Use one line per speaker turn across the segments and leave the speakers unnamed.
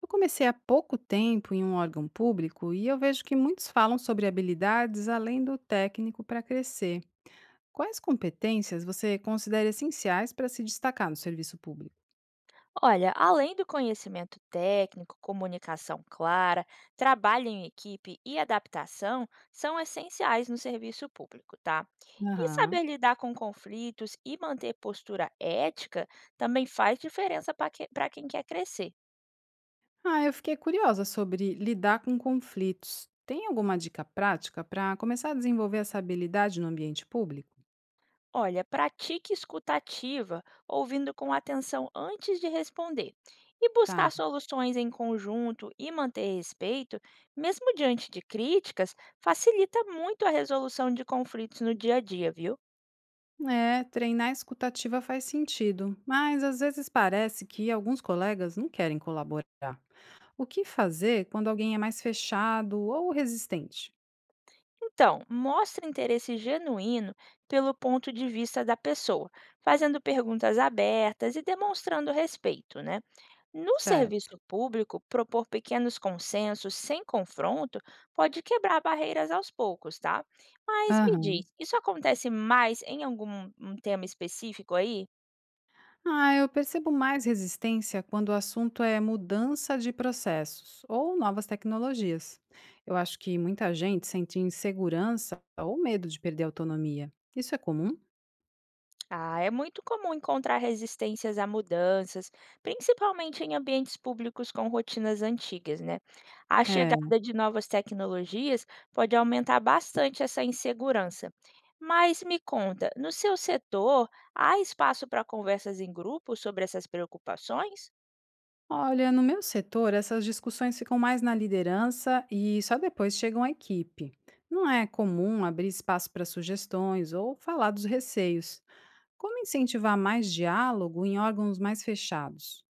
Eu comecei há pouco tempo em um órgão público e eu vejo que muitos falam sobre habilidades além do técnico para crescer. Quais competências você considera essenciais para se destacar no serviço público?
Olha, além do conhecimento técnico, comunicação clara, trabalho em equipe e adaptação são essenciais no serviço público, tá? E
Aham.
saber lidar com conflitos e manter postura ética também faz diferença para quem quer crescer.
Ah, eu fiquei curiosa sobre lidar com conflitos. Tem alguma dica prática para começar a desenvolver essa habilidade no ambiente público?
Olha, pratique escutativa, ouvindo com atenção antes de responder, e
Tá.
buscar soluções em conjunto e manter respeito, mesmo diante de críticas, facilita muito a resolução de conflitos no dia a dia, viu?
É, treinar a escutativa faz sentido, mas às vezes parece que alguns colegas não querem colaborar. O que fazer quando alguém é mais fechado ou resistente?
Então, mostre interesse genuíno pelo ponto de vista da pessoa, fazendo perguntas abertas e demonstrando respeito, né? No
Certo.
serviço público, propor pequenos consensos sem confronto pode quebrar barreiras aos poucos, tá? Mas me
Aham.
diz, isso acontece mais em algum um tema específico aí?
Ah, eu percebo mais resistência quando o assunto é mudança de processos ou novas tecnologias. Eu acho que muita gente sente insegurança ou medo de perder a autonomia. Isso é comum?
Ah, é muito comum encontrar resistências a mudanças, principalmente em ambientes públicos com rotinas antigas, né? A
É.
chegada de novas tecnologias pode aumentar bastante essa insegurança. Mas me conta, no seu setor, há espaço para conversas em grupo sobre essas preocupações?
Olha, no meu setor, essas discussões ficam mais na liderança e só depois chegam à equipe. Não é comum abrir espaço para sugestões ou falar dos receios. Como incentivar mais diálogo em órgãos mais fechados?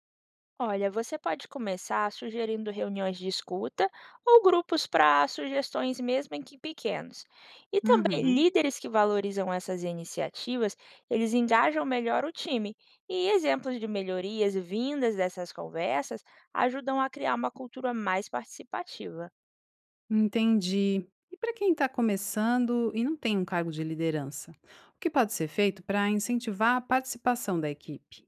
Olha, você pode começar sugerindo reuniões de escuta ou grupos para sugestões, mesmo em que pequenos. E também
Uhum,
líderes que valorizam essas iniciativas, eles engajam melhor o time. E exemplos de melhorias vindas dessas conversas ajudam a criar uma cultura mais participativa.
entendi. E para quem está começando e não tem um cargo de liderança, o que pode ser feito para incentivar a participação da equipe?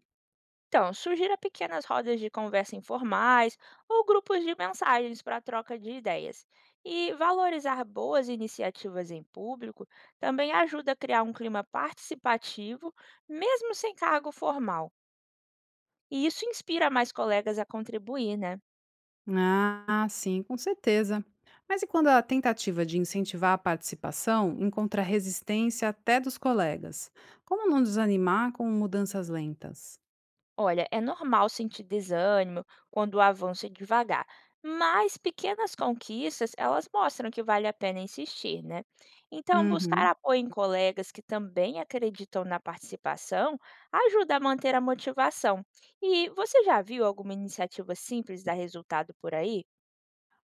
Então, sugira pequenas rodas de conversa informais ou grupos de mensagens para troca de ideias. E valorizar boas iniciativas em público também ajuda a criar um clima participativo, mesmo sem cargo formal. E isso inspira mais colegas a contribuir, né?
Ah, sim, com certeza. Mas e quando a tentativa de incentivar a participação encontra resistência até dos colegas? Como não desanimar com mudanças lentas?
Olha, é normal sentir desânimo quando o avanço é devagar, mas pequenas conquistas, elas mostram que vale a pena insistir, né? Então, buscar
Uhum.
apoio em colegas que também acreditam na participação ajuda a manter a motivação. E você já viu alguma iniciativa simples dar resultado por aí?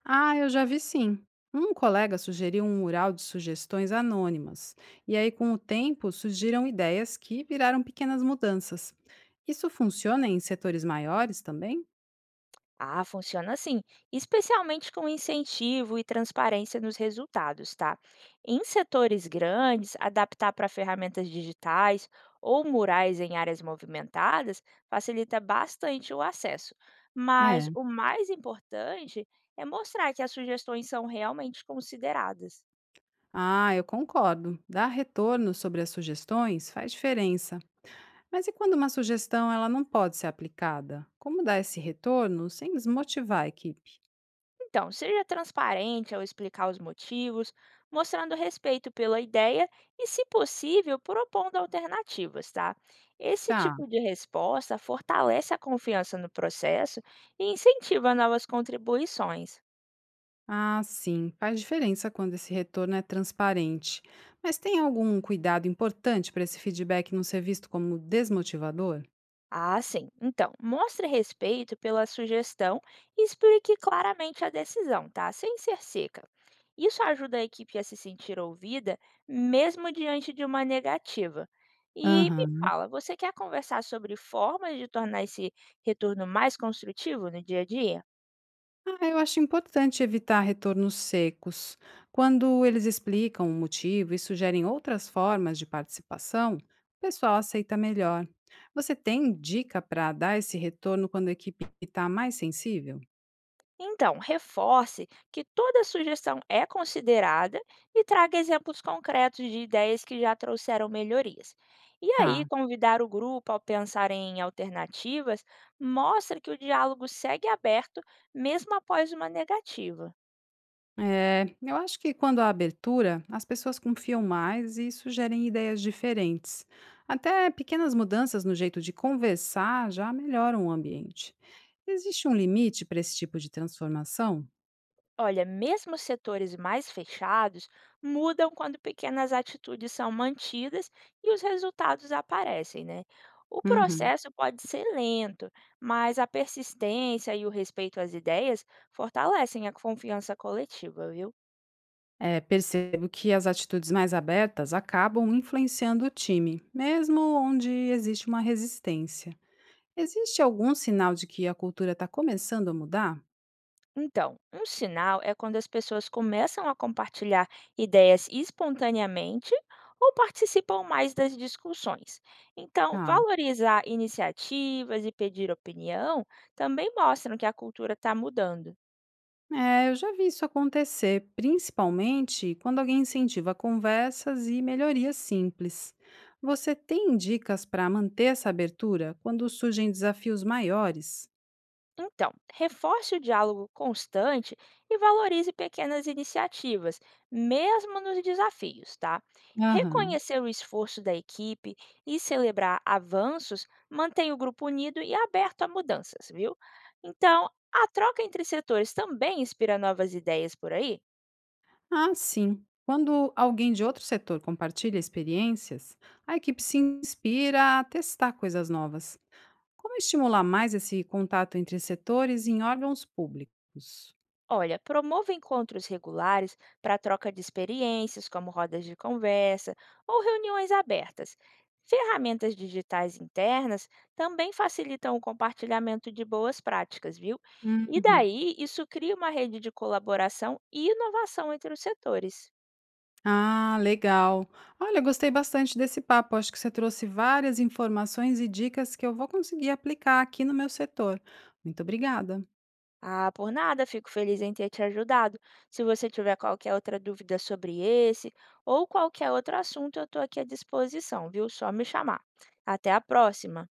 Ah, eu já vi sim. Um colega sugeriu um mural de sugestões anônimas, e aí, com o tempo, surgiram ideias que viraram pequenas mudanças. Isso funciona em setores maiores também?
Ah, funciona assim, especialmente com incentivo e transparência nos resultados, tá? Em setores grandes, adaptar para ferramentas digitais ou murais em áreas movimentadas facilita bastante o acesso. Mas
É.
o mais importante é mostrar que as sugestões são realmente consideradas.
Ah, eu concordo. Dar retorno sobre as sugestões faz diferença. Mas e quando uma sugestão ela não pode ser aplicada? Como dar esse retorno sem desmotivar a equipe?
Então, seja transparente ao explicar os motivos, mostrando respeito pela ideia e, se possível, propondo alternativas, tá? Esse
Tá.
tipo de resposta fortalece a confiança no processo e incentiva novas contribuições.
Ah, sim, faz diferença quando esse retorno é transparente. Mas tem algum cuidado importante para esse feedback não ser visto como desmotivador?
Ah, sim. Então, mostre respeito pela sugestão e explique claramente a decisão, tá? Sem ser seca. Isso ajuda a equipe a se sentir ouvida, mesmo diante de uma negativa. E me
Aham.
fala, você quer conversar sobre formas de tornar esse retorno mais construtivo no dia a dia?
Ah, eu acho importante evitar retornos secos. Quando eles explicam o motivo e sugerem outras formas de participação, o pessoal aceita melhor. Você tem dica para dar esse retorno quando a equipe está mais sensível?
Então, reforce que toda sugestão é considerada e traga exemplos concretos de ideias que já trouxeram melhorias. E aí,
Tá.
convidar o grupo ao pensar em alternativas mostra que o diálogo segue aberto mesmo após uma negativa.
É, eu acho que quando há abertura, as pessoas confiam mais e sugerem ideias diferentes. Até pequenas mudanças no jeito de conversar já melhoram o ambiente. Existe um limite para esse tipo de transformação?
Olha, mesmo os setores mais fechados mudam quando pequenas atitudes são mantidas e os resultados aparecem, né? O
Uhum.
processo pode ser lento, mas a persistência e o respeito às ideias fortalecem a confiança coletiva, viu?
É, percebo que as atitudes mais abertas acabam influenciando o time, mesmo onde existe uma resistência. Existe algum sinal de que a cultura está começando a mudar?
Então, um sinal é quando as pessoas começam a compartilhar ideias espontaneamente ou participam mais das discussões. Então, valorizar iniciativas e pedir opinião também mostram que a cultura está mudando.
É, eu já vi isso acontecer, principalmente quando alguém incentiva conversas e melhorias simples. Você tem dicas para manter essa abertura quando surgem desafios maiores?
Então, reforce o diálogo constante e valorize pequenas iniciativas, mesmo nos desafios, tá?
Aham.
Reconhecer o esforço da equipe e celebrar avanços mantém o grupo unido e aberto a mudanças, viu? Então, a troca entre setores também inspira novas ideias por aí?
Ah, sim. Quando alguém de outro setor compartilha experiências, a equipe se inspira a testar coisas novas. Como estimular mais esse contato entre setores em órgãos públicos?
Olha, promova encontros regulares para troca de experiências, como rodas de conversa ou reuniões abertas. Ferramentas digitais internas também facilitam o compartilhamento de boas práticas, viu? E
Uhum.
daí, isso cria uma rede de colaboração e inovação entre os setores.
Ah, legal. Olha, gostei bastante desse papo. Acho que você trouxe várias informações e dicas que eu vou conseguir aplicar aqui no meu setor. Muito obrigada.
Ah, por nada, fico feliz em ter te ajudado. Se você tiver qualquer outra dúvida sobre esse ou qualquer outro assunto, eu estou aqui à disposição, viu? Só me chamar. Até a próxima!